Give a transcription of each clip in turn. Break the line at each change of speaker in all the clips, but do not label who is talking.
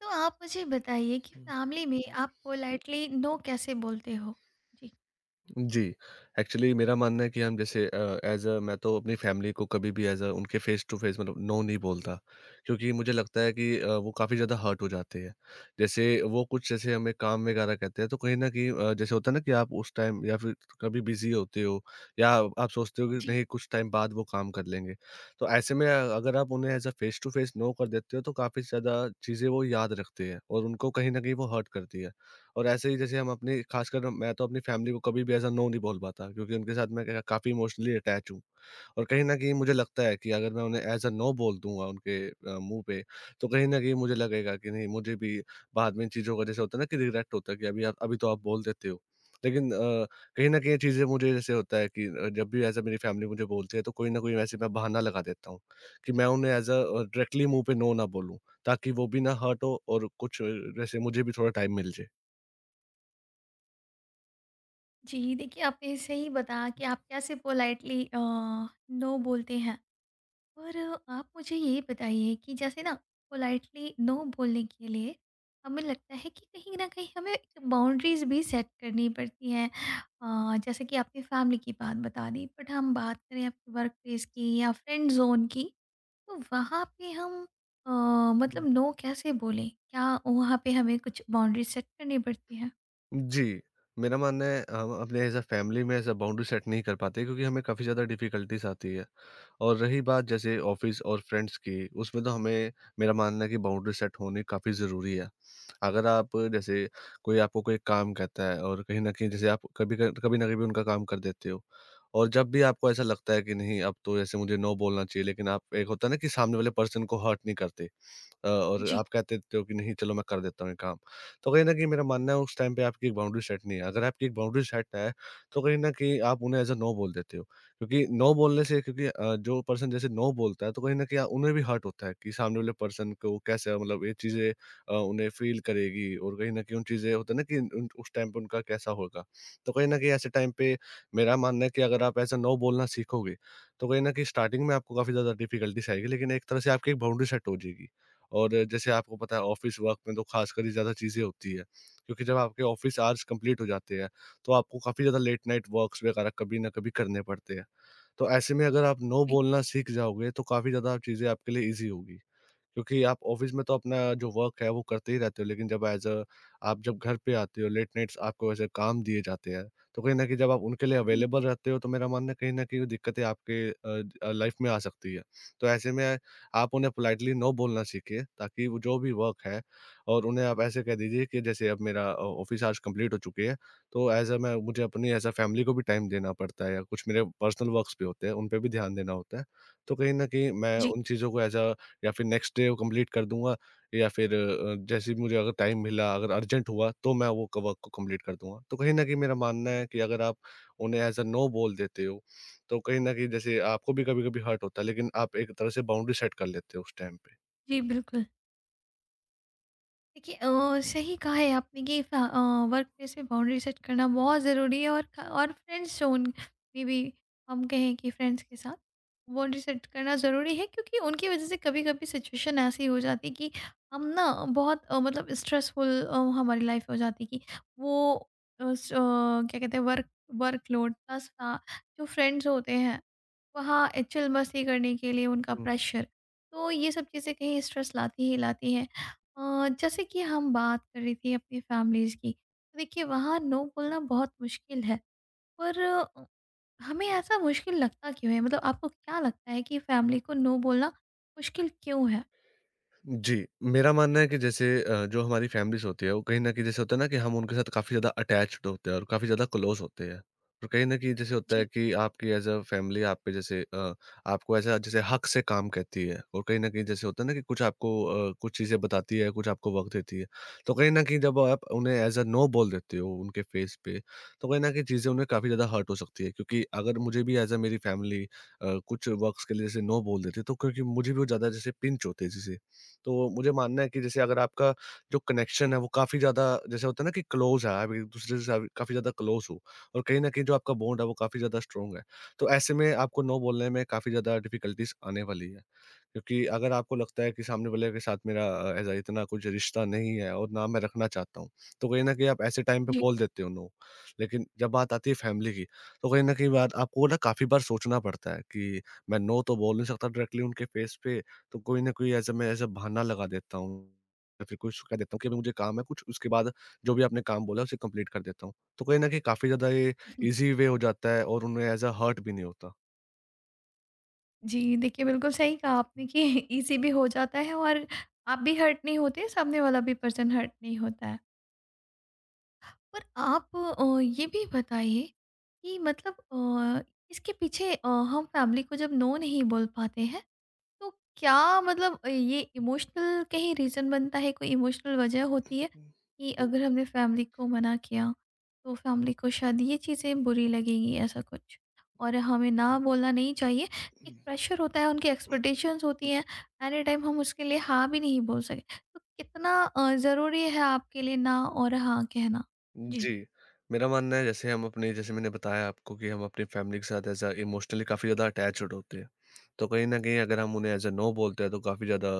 तो आप मुझे बताइए कि
हुँ।
फैमिली में
हुँ।
आप पोलाइटली नो कैसे बोलते हो? जी।
जी, एक्चुअली मेरा मानना है कि हम जैसे एज़ अ मैं तो अपनी फ़ैमिली को कभी भी एज़ अ उनके फ़ेस टू फ़ेस मतलब नो नहीं बोलता, क्योंकि मुझे लगता है कि वो काफ़ी ज़्यादा हर्ट हो जाते हैं। जैसे वो कुछ जैसे हमें काम वगैरह कहते हैं तो कहीं न कहीं जैसे होता है ना कि आप उस टाइम या फिर कभी बिज़ी होते हो या आप सोचते हो कि
जी।
नहीं कुछ टाइम बाद वो काम कर लेंगे। तो ऐसे में अगर आप उन्हें as a face to face no कर देते हो तो काफ़ी ज़्यादा चीज़ें वो याद रखते हैं और उनको कहीं न कहीं वो हर्ट करती है। और ऐसे ही जैसे हम अपनी, खासकर मैं तो अपनी फैमिली को, कभी भी ऐसा नो नहीं बोल पाता, क्योंकि उनके साथ मैं काफ़ी इमोशनली अटैच हूँ। और कहीं न कहीं मुझे लगता है कि अगर मैं उन्हें ऐज़ अ नो बोल दूँगा उनके मुँह पे, तो कहीं न कहीं मुझे लगेगा कि नहीं, मुझे भी बाद में इन चीज़ों का, जैसे होता है ना कि रिग्रेट होता है कि अभी आप, अभी तो आप बोल देते हो। लेकिन अ, कहीं न कहीं ये चीज़ें मुझे जैसे होता है कि जब भी ऐसा मेरी फैमिली मुझे बोलती है, तो कोई न कोई वैसे मैं बहाना लगा देता हूँ कि मैं उन्हें ऐज़ अ डायरेक्टली मुँह पे नो ना बोलूँ, ताकि वो भी ना हर्ट हो और कुछ वैसे मुझे भी थोड़ा टाइम मिल जाए।
जी, देखिए आपने सही बताया कि आप कैसे पोलाइटली नो बोलते हैं। और आप मुझे ये बताइए कि जैसे ना पोलाइटली नो बोलने के लिए हमें लगता है कि कहीं न कहीं हमें बाउंड्रीज़ भी सेट करनी पड़ती हैं। जैसे कि आपने फैमिली की बात बता दी, बट हम बात करें आपके वर्क प्लेस की या फ्रेंड ज़ोन की तो वहाँ पे हम अ, मतलब नो कैसे बोलें? क्या वहाँ पे हमें कुछ बाउंड्री सेट करनी पड़ती है?
जी। मेरा मानना है, हम अपने एज़ अ फैमिली में ऐसा बाउंड्री सेट नहीं कर पाते, क्योंकि हमें काफ़ी ज़्यादा डिफ़िकल्टीज़ आती है। और रही बात जैसे ऑफ़िस और फ्रेंड्स की, उसमें तो हमें, मेरा मानना है कि बाउंड्री सेट होनी काफ़ी ज़रूरी है। अगर आप जैसे, कोई आपको कोई काम कहता है और कहीं न कहीं जैसे आप कभी न कभी उनका काम कर देते हो। और जब भी आपको ऐसा लगता है कि नहीं, अब तो जैसे मुझे नो बोलना चाहिए, लेकिन आप, एक होता है ना कि सामने वाले पर्सन को हर्ट नहीं करते। और
जी।
आप कहते थे हो कि नहीं, चलो मैं कर देता हूँ ये काम। तो कहीं न कहीं मेरा मानना है, उस टाइम पे आपकी एक बाउंड्री सेट नहीं है। अगर आपकी एक बाउंड्री सेट है, तो कहीं न कहीं आप उन्हें एज़ अ नो बोल देते हो। क्योंकि नो बोलने से, क्योंकि जो पर्सन जैसे नो बोलता है, तो कहीं न कहीं उन्हें भी हर्ट होता है कि सामने वाले पर्सन को कैसे, मतलब ये चीज़ें उन्हें फ़ील करेगी, और कहीं न कहीं उन चीज़ें होता है ना कि उन उस टाइम पे उनका कैसा होगा। तो कहीं न कहीं ऐसे टाइम पे मेरा मानना है कि अगर आप एज़ अ नो बोलना सीखोगे, तो कहीं न कहीं स्टार्टिंग में आपको काफ़ी ज़्यादा डिफ़िकल्टीज़ आएगी, लेकिन एक तरह से आपकी एक बाउंड्री सेट हो जाएगी। और जैसे आपको पता है, ऑफिस वर्क में तो खासकर ही ज़्यादा चीज़ें होती है, क्योंकि जब आपके ऑफिस आवर्स कंप्लीट हो जाते हैं, तो आपको काफ़ी ज़्यादा लेट नाइट वर्क्स वगैरह कभी ना कभी करने पड़ते हैं। तो ऐसे में अगर आप नो
जी,
बोलना सीख जाओगे, तो काफ़ी ज़्यादा चीज़ें आपके लिए ईजी होगी, क्योंकि आप ऑफ़िस में तो अपना जो वर्क है वो करते ही रहते हो, लेकिन जब एज़ अ आप जब घर पे आते हो, लेट नाइट्स आपको ऐसे काम दिए जाते हैं, तो कहीं न कहीं जब आप उनके लिए
जी,
अवेलेबल रहते हो, तो मेरा मानना है, कहीं न कहीं वो दिक्कतें आपके लाइफ़ में आ सकती है। तो ऐसे में आप उन्हें पोलाइटली नो बोलना सीखिए, ताकि वो जो भी वर्क है, और उन्हें आप ऐसे कह दीजिए कि जैसे अब मेरा ऑफ़िस आज कंप्लीट हो चुकी है, तो एज़ अ मैं, मुझे अपनी एज़ अ फैमिली को भी टाइम देना पड़ता है, या कुछ मेरे पर्सनल वर्क्स भी होते हैं, उन पे भी ध्यान देना होता है। तो कहीं न कहीं मैं
जी,
उन चीज़ों को एज़ अ या फिर नेक्स्ट डे वो कंप्लीट कर दूँगा, या फिर जैसे भी मुझे, अगर टाइम मिला, अगर अर्जेंट हुआ, तो मैं वो क वर्क को कंप्लीट कर दूँगा। तो कहीं न कहीं मेरा मानना है कि अगर आप उन्हें एज़ अ नो बोल देते हो, तो कहीं न कहीं जैसे आपको भी कभी-कभी हर्ट होता है, लेकिन आप एक तरह से बाउंड्री सेट कर लेते हो उस टाइम
जी, बिल्कुल। देखिए
पे।
सही कहा है आपने कि वर्क प्लेस में बाउंड्री सेट करना बहुत ज़रूरी है और और फ्रेंड्स जोन में भी हम कहें कि फ्रेंड्स के साथ बाउंड्री सेट करना ज़रूरी है क्योंकि उनकी वजह से कभी कभी सिचुएशन ऐसी हो जाती कि हम ना बहुत मतलब स्ट्रेसफुल हमारी लाइफ हो जाती कि वो क्या कहते हैं वर्क वर्कलोड प्लस जो फ्रेंड्स होते हैं वहाँ ए, चिल मस्ती करने के लिए उनका प्रेशर तो ये सब चीज़ें कहीं स्ट्रेस लाती ही लाती हैं। जैसे कि हम बात कर रही थी अपनी फैमिलीज़ की तो देखिए वहाँ नो बोलना बहुत मुश्किल है पर हमें ऐसा मुश्किल लगता क्यों है? मतलब आपको क्या लगता है कि फैमिली को नो बोलना मुश्किल क्यों है?
जी, मेरा मानना है कि जैसे जो हमारी फैमिलीज़ होती है, वो कहीं न कहीं, जैसे होता है ना कि हम उनके साथ काफ़ी ज़्यादा अटैच्ड होते हैं और काफ़ी ज़्यादा क्लोज़ होते हैं। और कहीं न कहीं जैसे होता है
जी।
कि आपकी एज़ अ फैमिली आप पे जैसे आपको ऐसा जैसे हक से काम कहती है, और कहीं न कहीं जैसे होता है ना कि कुछ आपको कुछ चीज़ें बताती है, कुछ आपको वक़्त देती है। तो कहीं न कहीं जब आप उन्हें एज़ अ नो बोल देते हो उनके फ़ेस पे, तो कहीं न कहीं चीज़ें उन्हें काफ़ी ज़्यादा हर्ट हो सकती है, क्योंकि अगर मुझे भी एज़ अ मेरी फैमिली कुछ वक़्त के लिए जैसे नो बोल देती है, तो क्योंकि मुझे भी वो ज़्यादा जैसे पिंच होते हैं जैसे, तो मुझे मानना है कि जैसे अगर आपका जो कनेक्शन है, वो काफ़ी ज़्यादा जैसे, होता है ना कि क्लोज़ है, आप एक-दूसरे से आप काफ़ी ज़्यादा क्लोज़ हो, और कहीं न कहीं जो आपका बॉन्ड है वो काफ़ी ज़्यादा स्ट्रॉन्ग है। तो ऐसे में आपको नो बोलने में काफ़ी ज़्यादा डिफ़िकल्टीज़ आने वाली है। क्योंकि अगर आपको लगता है कि सामने वाले के साथ मेरा ऐसा इतना कुछ रिश्ता नहीं है, और ना मैं रखना चाहता हूँ, तो कहीं न कहीं आप ऐसे टाइम पे
जी।
बोल देते हो नो। लेकिन जब बात आती है फैमिली की, तो कहीं न कहीं बात आपको ना, काफ़ी बार सोचना पड़ता है कि मैं नो तो बोल नहीं सकता डायरेक्टली उनके फेस पे, तो कोई ना कोई ऐसा मैं ऐसा बहाना लगा देता हूँ, या फिर कुछ कह देता हूँ कि अभी मुझे काम है कुछ, उसके बाद जो भी आपने काम बोला उसे कंप्लीट कर देता हूँ। तो कहीं न कहीं काफ़ी ज़्यादा ये ईज़ी वे हो जाता है, और उन्हें ऐसा हर्ट भी नहीं होता।
जी, देखिए बिल्कुल सही कहा आपने कि इजी भी हो जाता है और आप भी हर्ट नहीं होते, सामने वाला भी पर्सन हर्ट नहीं होता है। पर आप ये भी बताइए कि मतलब इसके पीछे हम फैमिली को जब नो नहीं बोल पाते हैं तो क्या मतलब ये इमोशनल कहीं रीज़न बनता है? कोई इमोशनल वजह होती है कि अगर हमने फैमिली को मना किया तो फैमिली को शायद ये चीज़ें बुरी लगेंगी, ऐसा कुछ? और हमें ना बोलना नहीं चाहिए, एक प्रेशर होता है, उनकी एक्सपेक्टेशंस होती हैं। एनी टाइम हम उसके लिए हाँ भी नहीं बोल सके, तो कितना ज़रूरी है आपके लिए ना और हाँ कहना? जी।
जी। मेरा मानना है, जैसे हम अपने, जैसे मैंने बताया आपको कि हम अपनी फैमिली के साथ एज़ अ इमोशनली काफ़ी ज़्यादा अटैच्ड होते हैं। तो कहीं न कहीं अगर हम उन्हें एज़ अ नो बोलते हैं, तो काफ़ी ज़्यादा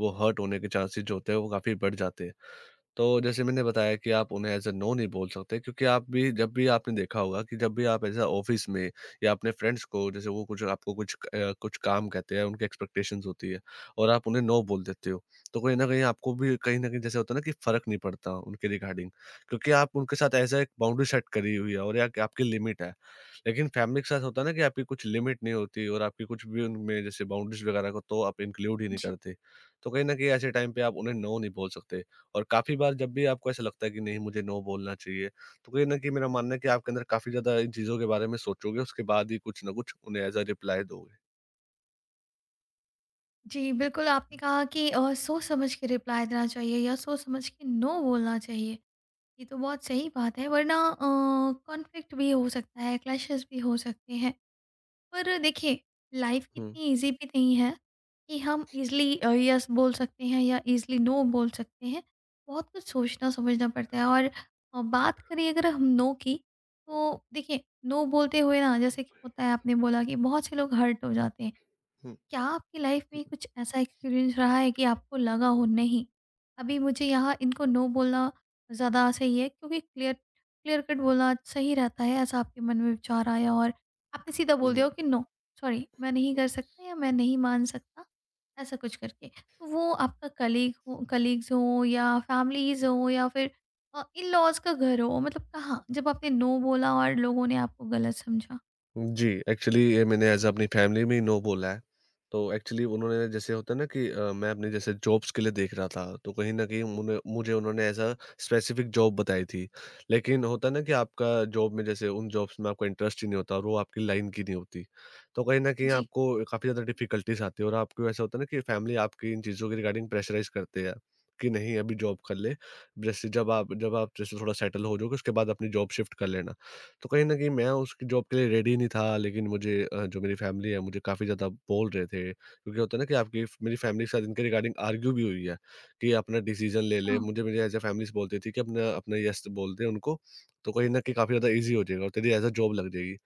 वो हर्ट होने के चांसेज़ जो होते हैं वो काफ़ी बढ़ जाते हैं। तो जैसे मैंने बताया कि आप उन्हें एज़ अ नो नहीं बोल सकते, क्योंकि आप भी, जब भी आपने देखा होगा कि जब भी आप एज़ अ ऑफ़िस में या अपने फ्रेंड्स को जैसे, वो कुछ आपको कुछ कुछ काम कहते हैं, उनकी एक्सपेक्टेशंस होती है, और आप उन्हें नो बोल देते हो, तो कहीं न कहीं आपको भी कहीं न कहीं, जैसे होता है ना कि फ़र्क नहीं पड़ता उनके रिगार्डिंग, क्योंकि आप उनके साथ एज़ अ एक बाउंड्री सेट करी हुई है, और या आपकी लिमिट है। लेकिन फैमिली के साथ होता है ना कि आपकी कुछ लिमिट नहीं होती, और आपकी कुछ भी उनमें जैसे बाउंड्रीज़ वगैरह को तो आप इंक्लूड ही नहीं
जी,
करते। तो कहीं न कहीं ऐसे टाइम पे आप उन्हें नो नहीं बोल सकते। और काफ़ी बार जब भी आपको ऐसा लगता है कि नहीं, मुझे नो बोलना चाहिए, तो कहीं न कहीं मेरा मानना है कि आपके अंदर काफ़ी ज़्यादा इन चीज़ों के बारे में सोचोगे, उसके बाद ही कुछ न कुछ उन्हें एज़ अ रिप्लाई दोगे।
जी, बिल्कुल आपने कहा कि सोच समझ के रिप्लाई देना चाहिए या सोच समझ के नो बोलना चाहिए। ये तो बहुत सही बात है, वरना कॉन्फ्लिक्ट भी हो सकता है, क्लैशेस भी हो सकते हैं। पर देखिए लाइफ
हुँ।
इतनी ईज़ी भी नहीं है कि हम ईज़िली येस बोल सकते हैं या ईज़िली नो बोल सकते हैं। बहुत कुछ सोचना-समझना पड़ता है। और बात करें अगर हम नो की, तो देखिए नो बोलते हुए ना, जैसे कि होता है, आपने बोला कि बहुत से लोग हर्ट हो जाते हैं। क्या आपकी लाइफ में कुछ ऐसा एक्सपीरियंस रहा है कि आपको लगा हो, नहीं, अभी मुझे यहाँ इनको नो बोलना ज़्यादा सही है क्योंकि क्लियर क्लियर कट बोलना सही रहता है, ऐसा आपके मन में विचार आया और आपने सीधा बोल
हुँ।
दिया हो कि नो, सॉरी, मैं नहीं कर सकता या मैं नहीं मान सकता, ऐसा कुछ करके? तो वो आपका कलीग हो, कलीग्स हो, या फैमिलीज हो, या फिर इन लॉज का घर हो, मतलब कहाँ जब आपने नो बोला और लोगों ने आपको गलत समझा?
जी, एक्चुअली ये मैंने एज़ अ अपनी फैमिली में ही नो बोला है। तो एक्चुअली उन्होंने, जैसे होता है ना कि मैं अपनी जैसे जॉब्स के लिए देख रहा था, तो कहीं न कहीं उन्होंने एज़ अ स्पेसिफ़िक जॉब बताई थी। लेकिन होता है ना कि आपका जॉब में, जैसे उन जॉब्स में आपका इंटरेस्ट ही नहीं होता, और वो आपकी लाइन की नहीं होती। तो कहीं न कहीं
जी।
आपको काफ़ी ज़्यादा डिफ़िकल्टीज़ आती है, और आपको ऐसा होता है ना कि फैमिली आपकी इन चीज़ों के रिगार्डिंग प्रेशराइज़ करते हैं कि नहीं, अभी जॉब कर ले। जैसे जब आप जैसे थोड़ा सेटल हो जाओगे, उसके बाद अपनी जॉब शिफ्ट कर लेना। तो कहीं न कहीं मैं उसकी जॉब के लिए रेडी नहीं था, लेकिन मुझे, जो मेरी फैमिली है मुझे काफ़ी ज़्यादा बोल रहे थे। क्योंकि होता है ना कि आपकी मेरी फैमिली के साथ इनके रिगार्डिंग आर्ग्यू भी हुई है कि अपना डिसीज़न ले ले।
हाँ।
मुझे मेरी एज़ अ फैमिली से बोलती थी कि अपना अपना यस बोल दे उनको, तो कहीं न कहीं काफ़ी ज़्यादा ईज़ी हो जाएगा और तेरी एज़ अ जॉब लग जाएगी।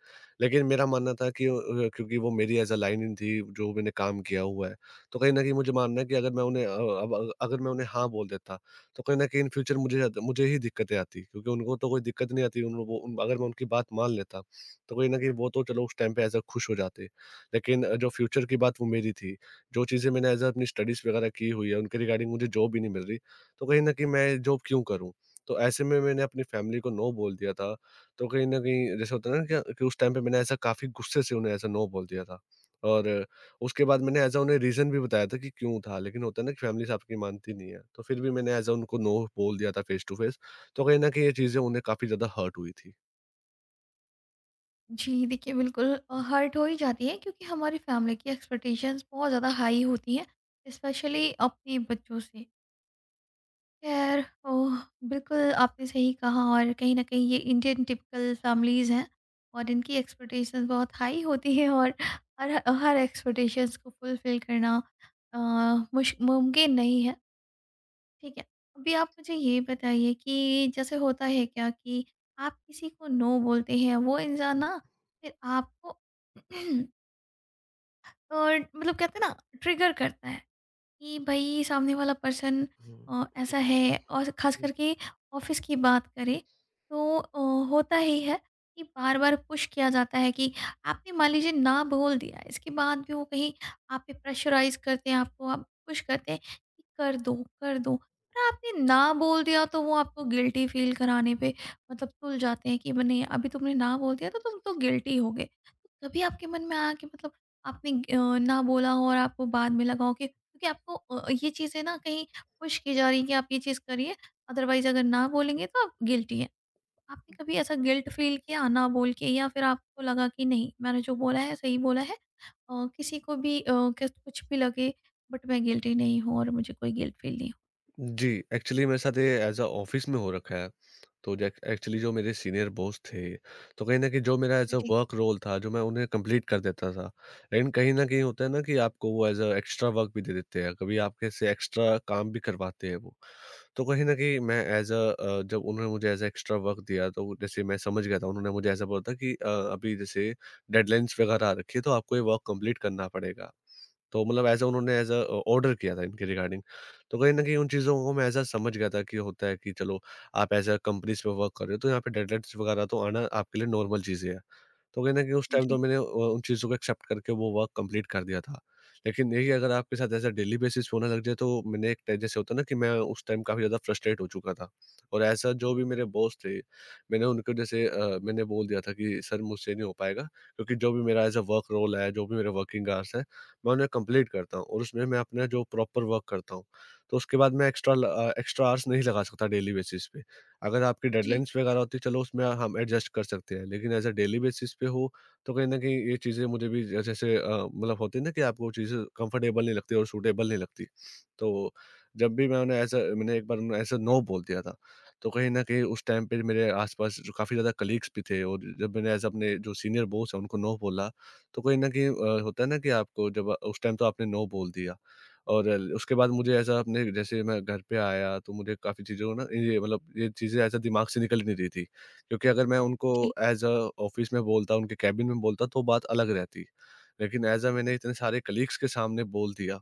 लेकिन मेरा मानना था कि क्योंकि वो मेरी एज़ अ लाइन इन थी, जो मैंने काम किया हुआ है। तो कहीं न कहीं मुझे मानना है कि अगर मैं उन्हें अब अगर मैं उन्हें हाँ बोल देता तो कहीं न कहीं इन फ्यूचर मुझे ज़्यादा मुझे ही दिक्कतें आती, क्योंकि उनको तो कोई दिक्कत नहीं आती, उन वो उन अगर मैं उनकी बात मान लेता, तो कहीं न कहीं वो तो चलो उस टाइम पे ऐज़ अ खुश हो जाते। लेकिन जो फ्यूचर की बात वो मेरी थी, जो चीज़ें मैंने ऐज़ अ अपनी स्टडीज़ वगैरह की हुई है, उनके रिगार्डिंग मुझे जॉब ही नहीं मिल रही, तो कहीं न कहीं मैं जॉब क्यों करूँ? तो ऐसे में मैंने अपनी फैमिली को नो बोल दिया था। तो कहीं न कहीं जैसे होता है ना कि उस टाइम पे मैंने ऐसा काफ़ी गुस्से से उन्हें ऐसा नो बोल दिया था। और उसके बाद मैंने ऐज़ अ उन्हें रीज़न भी बताया था कि क्यों था, लेकिन होता है ना कि फ़ैमिलीज़ आपकी मानती नहीं है। तो फिर भी मैंने ऐज़ अ उनको नो बोल दिया था, फेस टू फेस। तो कहीं न कहीं ये चीज़ें उन्हें काफ़ी ज़्यादा हर्ट हुई थी।
जी, देखिए बिल्कुल, हर्ट हो ही जाती है क्योंकि हमारी फैमिली की एक्सपेक्टेशंस बहुत ज़्यादा हाई होती हैं, स्पेशली अपने बच्चों से। खैर, ओह, बिल्कुल आपने सही कहा, और कहीं ना कहीं ये इंडियन टिपिकल फैमिलीज़ हैं और इनकी एक्सपेक्टेशंस बहुत हाई होती है, और हर हर एक्सपेक्टेशंस को फुलफिल करना अ, मुश मुमकिन नहीं है। ठीक है। अभी आप मुझे ये बताइए कि जैसे होता है क्या कि आप किसी को नो बोलते हैं, वो इंसान ना फिर आपको और मतलब कहते हैं ना, ट्रिगर करता है। कि भाई सामने वाला पर्सन
हुँ।
ऐसा है, और ख़ास करके ऑफिस की बात करें तो होता ही है कि बार बार पुश किया जाता है कि आपने मान लीजिए ना बोल दिया, इसके बाद भी वो कहीं आप पे प्रेशराइज करते हैं, आपको आप पुश करते हैं कि कर दो, कर दो, और आपने ना बोल दिया तो वो आपको गिल्टी फील कराने पे मतलब तुल जाते हैं कि नहीं, अभी तुमने ना बोल दिया तो तुम तो गिल्टी हो गए। तो कभी आपके मन में आया कि मतलब आपने ना बोला हो और आपको बाद में लगा हो कि क्योंकि आपको ये चीज़ें ना कहीं पुश की जा रही है कि आप ये चीज़ करिए, अदरवाइज अगर ना बोलेंगे तो आप गिल्टी हैं? आपने कभी ऐसा गिल्ट फील किया ना बोल के, या फिर आपको लगा कि नहीं, मैंने जो बोला है सही बोला है, किसी को भी कुछ भी लगे, बट मैं गिल्टी नहीं हूँ और मुझे कोई गिल्ट फील नहीं हो? जी।
जी, एक्चुअली मेरे साथ ये ऐज़ अ ऑफ़िस में हो रखा है। तो जैक एक्चुअली जो मेरे सीनियर बॉस थे, तो कहीं न कहीं जो मेरा ऐज़ अ
जी।
वर्क रोल था, जो मैं उन्हें कंप्लीट कर देता था। लेकिन कहीं न कहीं होता है ना कि आपको वो ऐज़ अ एक्स्ट्रा वर्क भी दे देते हैं, कभी आपके से एक्स्ट्रा काम भी करवाते हैं वो। तो कहीं न कहीं मैं ऐज़ अ जब उन्होंने मुझे ऐज़ अ एक्स्ट्रा वर्क दिया, तो जैसे मैं समझ गया था, उन्होंने मुझे ऐसा बोला था कि अभी जैसे डेडलाइन्स वगैरह आ रखी है, तो आपको ये वर्क कंप्लीट करना पड़ेगा। तो मतलब ऐसा उन्होंने ऐज़ अ, ऑर्डर किया था इनके रिगार्डिंग। तो कहीं न कहीं उन चीज़ों को मैं ऐज़ अ, समझ गया था कि होता है कि चलो आप ऐज़ अ, कंपनीज़ पे वर्क कर रहे हो, तो यहाँ पे डेडलाइन्स वगैरह तो आना आपके लिए नॉर्मल चीज़ें हैं। तो कहीं न कहीं उस टाइम तो
जी।
मैंने उन चीज़ों को एक्सेप्ट करके वो वर्क कंप्लीट कर दिया था। लेकिन यही अगर आपके साथ ऐसा डेली बेसिस पे होने लग जाए, तो मैंने एक टाइम, जैसे होता है ना कि मैं उस टाइम काफ़ी ज़्यादा फ्रस्ट्रेट हो चुका था। और ऐसा जो भी मेरे बॉस थे, मैंने उनको जैसे मैंने बोल दिया था कि सर मुझसे नहीं हो पाएगा, क्योंकि जो भी मेरा एज़ अ वर्क रोल है, जो भी मेरे वर्किंग आवर्स हैं, मैं उन्हें कंप्लीट करता हूँ और उसमें मैं अपना जो प्रॉपर वर्क करता हूँ। तो उसके बाद मैं एक्स्ट्रा आवर्स नहीं लगा सकता डेली बेसिस पे। अगर आपकी
जी।
डेडलाइन्स वगैरह होती है, चलो उसमें हम एडजस्ट कर सकते हैं, लेकिन एज़ अ डेली बेसिस पे हो तो कहीं न कहीं ये चीज़ें मुझे भी मतलब होती है ना कि आपको वो चीज़ें कंफर्टेबल नहीं लगती और सूटेबल नहीं लगती। तो जब भी मैं उन्हें एज़ अ मैंने एक बार उन्हें एज़ अ नो बोल दिया था। तो कहीं न कहीं उस टाइम पे मेरे आस-पास जो काफ़ी ज़्यादा कलीग्स भी थे, और जब मैंने एज़ अपने जो सीनियर बॉस हैं उनको नो बोला, तो कहीं न कहीं होता है ना कि आपको जब उस टाइम तो आपने नो बोल दिया। और उसके बाद मुझे ऐसा अपने जैसे मैं घर पे आया, तो मुझे काफ़ी चीज़ों को ना, ये मतलब ये चीज़ें ऐसा दिमाग से निकल ही नहीं रही थी। क्योंकि अगर मैं उनको
जी।
एज़ अ ऑफ़िस में बोलता, उनके केबिन में बोलता, तो बात अलग रहती। लेकिन एज़ अ मैंने इतने सारे कलीग्स के सामने बोल दिया,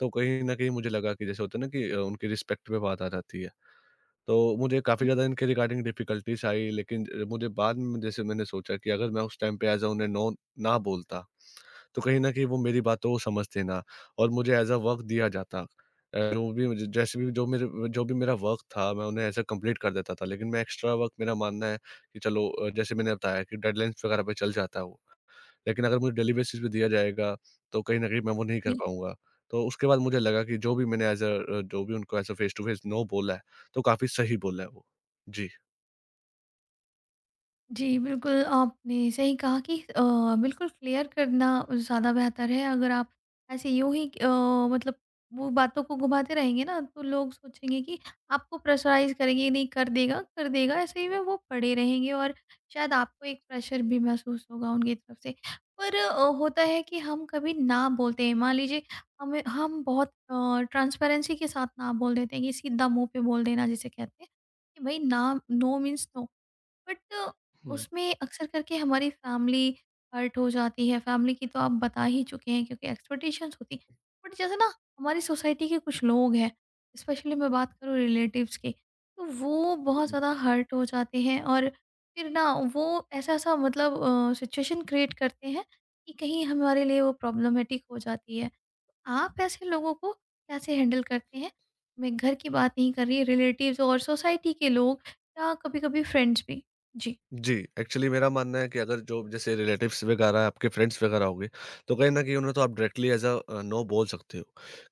तो कहीं न कहीं मुझे लगा कि जैसे होता है ना कि उनकी रिस्पेक्ट पे बात आ जाती है। तो मुझे काफ़ी
जी।
ज़्यादा इनके रिगार्डिंग डिफ़िकल्टीज़ आई, लेकिन मुझे बाद में जैसे मैंने सोचा कि अगर मैं उस टाइम पे एज़ अ उन्हें नो ना बोलता, तो कहीं न कहीं वो मेरी बातों को समझते ना, और मुझे एज़ अ वर्क दिया जाता। जो भी मुझे जैसे भी जो मेरे जो भी मेरा वर्क था, मैं उन्हें ऐसे कंप्लीट कर देता था। लेकिन मैं एक्स्ट्रा वर्क, मेरा मानना है कि चलो जैसे मैंने बताया कि डेडलाइन्स वगैरह पे चल जाता है वो। लेकिन अगर मुझे डेली बेसिस पे दिया जाएगा, तो कहीं न कहीं मैं वो नहीं कर
जी।
पाऊँगा। तो उसके बाद मुझे लगा कि जो भी मैंने जो भी उनको as a face to face no बोला है, तो काफ़ी सही बोला है वो। जी।
जी, बिल्कुल, आपने सही कहा कि बिल्कुल क्लियर करना ज़्यादा बेहतर है। अगर आप ऐसे यूँ ही मतलब वो बातों को घुमाते रहेंगे ना, तो लोग सोचेंगे कि आपको प्रेशराइज़ करेंगे, "ये नहीं, कर देगा, कर देगा।" ऐसे ही में वो पड़े रहेंगे और शायद आपको एक प्रेशर भी महसूस होगा उनकी तरफ से। पर होता है कि हम कभी ना बोलते हैं, मान लीजिए हमें हम बहुत ट्रांसपेरेंसी के साथ ना बोल देते हैं कि सीधा मुँह पे बोल देना जिसे कहते हैं, कि भई ना, नो मीन्स नो। बट उसमें अक्सर करके हमारी फैमिली हर्ट हो जाती है। फैमिली की तो आप बता ही चुके हैं क्योंकि एक्सपेक्टेशंस होती हैं, बट जैसे ना हमारी सोसाइटी के कुछ लोग हैं, स्पेशली मैं बात करूँ रिलेटिव्स की, तो वो बहुत ज़्यादा हर्ट हो जाते हैं और फिर ना वो ऐसा ऐसा मतलब सिचुएशन क्रिएट करते हैं कि कहीं हमारे लिए वो प्रॉब्लमेटिक हो जाती है। आप ऐसे लोगों को कैसे हैंडल करते हैं? मैं घर की बात नहीं कर रही, रिलेटिव्स और सोसाइटी के लोग या कभी-कभी फ्रेंड्स भी। जी।
जी, एक्चुअली मेरा मानना है कि अगर जो जैसे रिलेटिव्स वगैरह आपके फ्रेंड्स वगैरह हो गए, तो कहीं न कहीं उन्हें तो आप डायरेक्टली नो बोल सकते हो।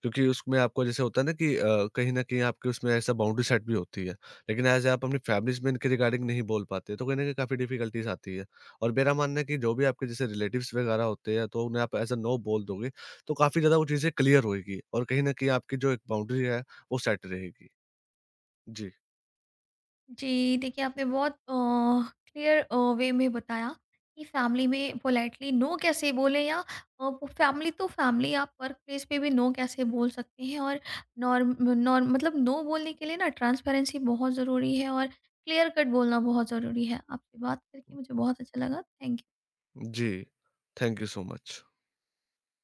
क्योंकि उसमें आपको जैसे होता है ना कि कहीं न कहीं आपके उसमें ऐसा बाउंड्री सेट भी होती है। लेकिन ऐज़ आप अपनी फैमिलीज़ में इनके रिगार्डिंग नहीं बोल पाते, तो कहीं न कहीं काफ़ी डिफ़िकल्टीज़ आती है। और मेरा मानना है कि जो भी आपके जैसे रिलेटिव्स वगैरह होते हैं, तो उन्हें आप ऐज़ अ नो बोल दोगे, तो काफ़ी ज़्यादा वो चीज़ें क्लियर होएगी, और कहीं न कहीं आपकी जो एक बाउंड्री है, वो सेट रहेगी। जी,
जी, देखिए आपने बहुत क्लियर वे में बताया कि फैमिली में पोलाइटली नो कैसे बोलें, या अ, फैमिली तो फैमिली, आप वर्क प्लेस पे भी नो कैसे बोल सकते हैं, और नॉर्म नॉर्म मतलब नो बोलने के लिए ना ट्रांसपेरेंसी बहुत ज़रूरी है और क्लियर कट बोलना बहुत ज़रूरी है। आपसे बात करके मुझे बहुत अच्छा लगा। Thank you.
जी। Thank you so much.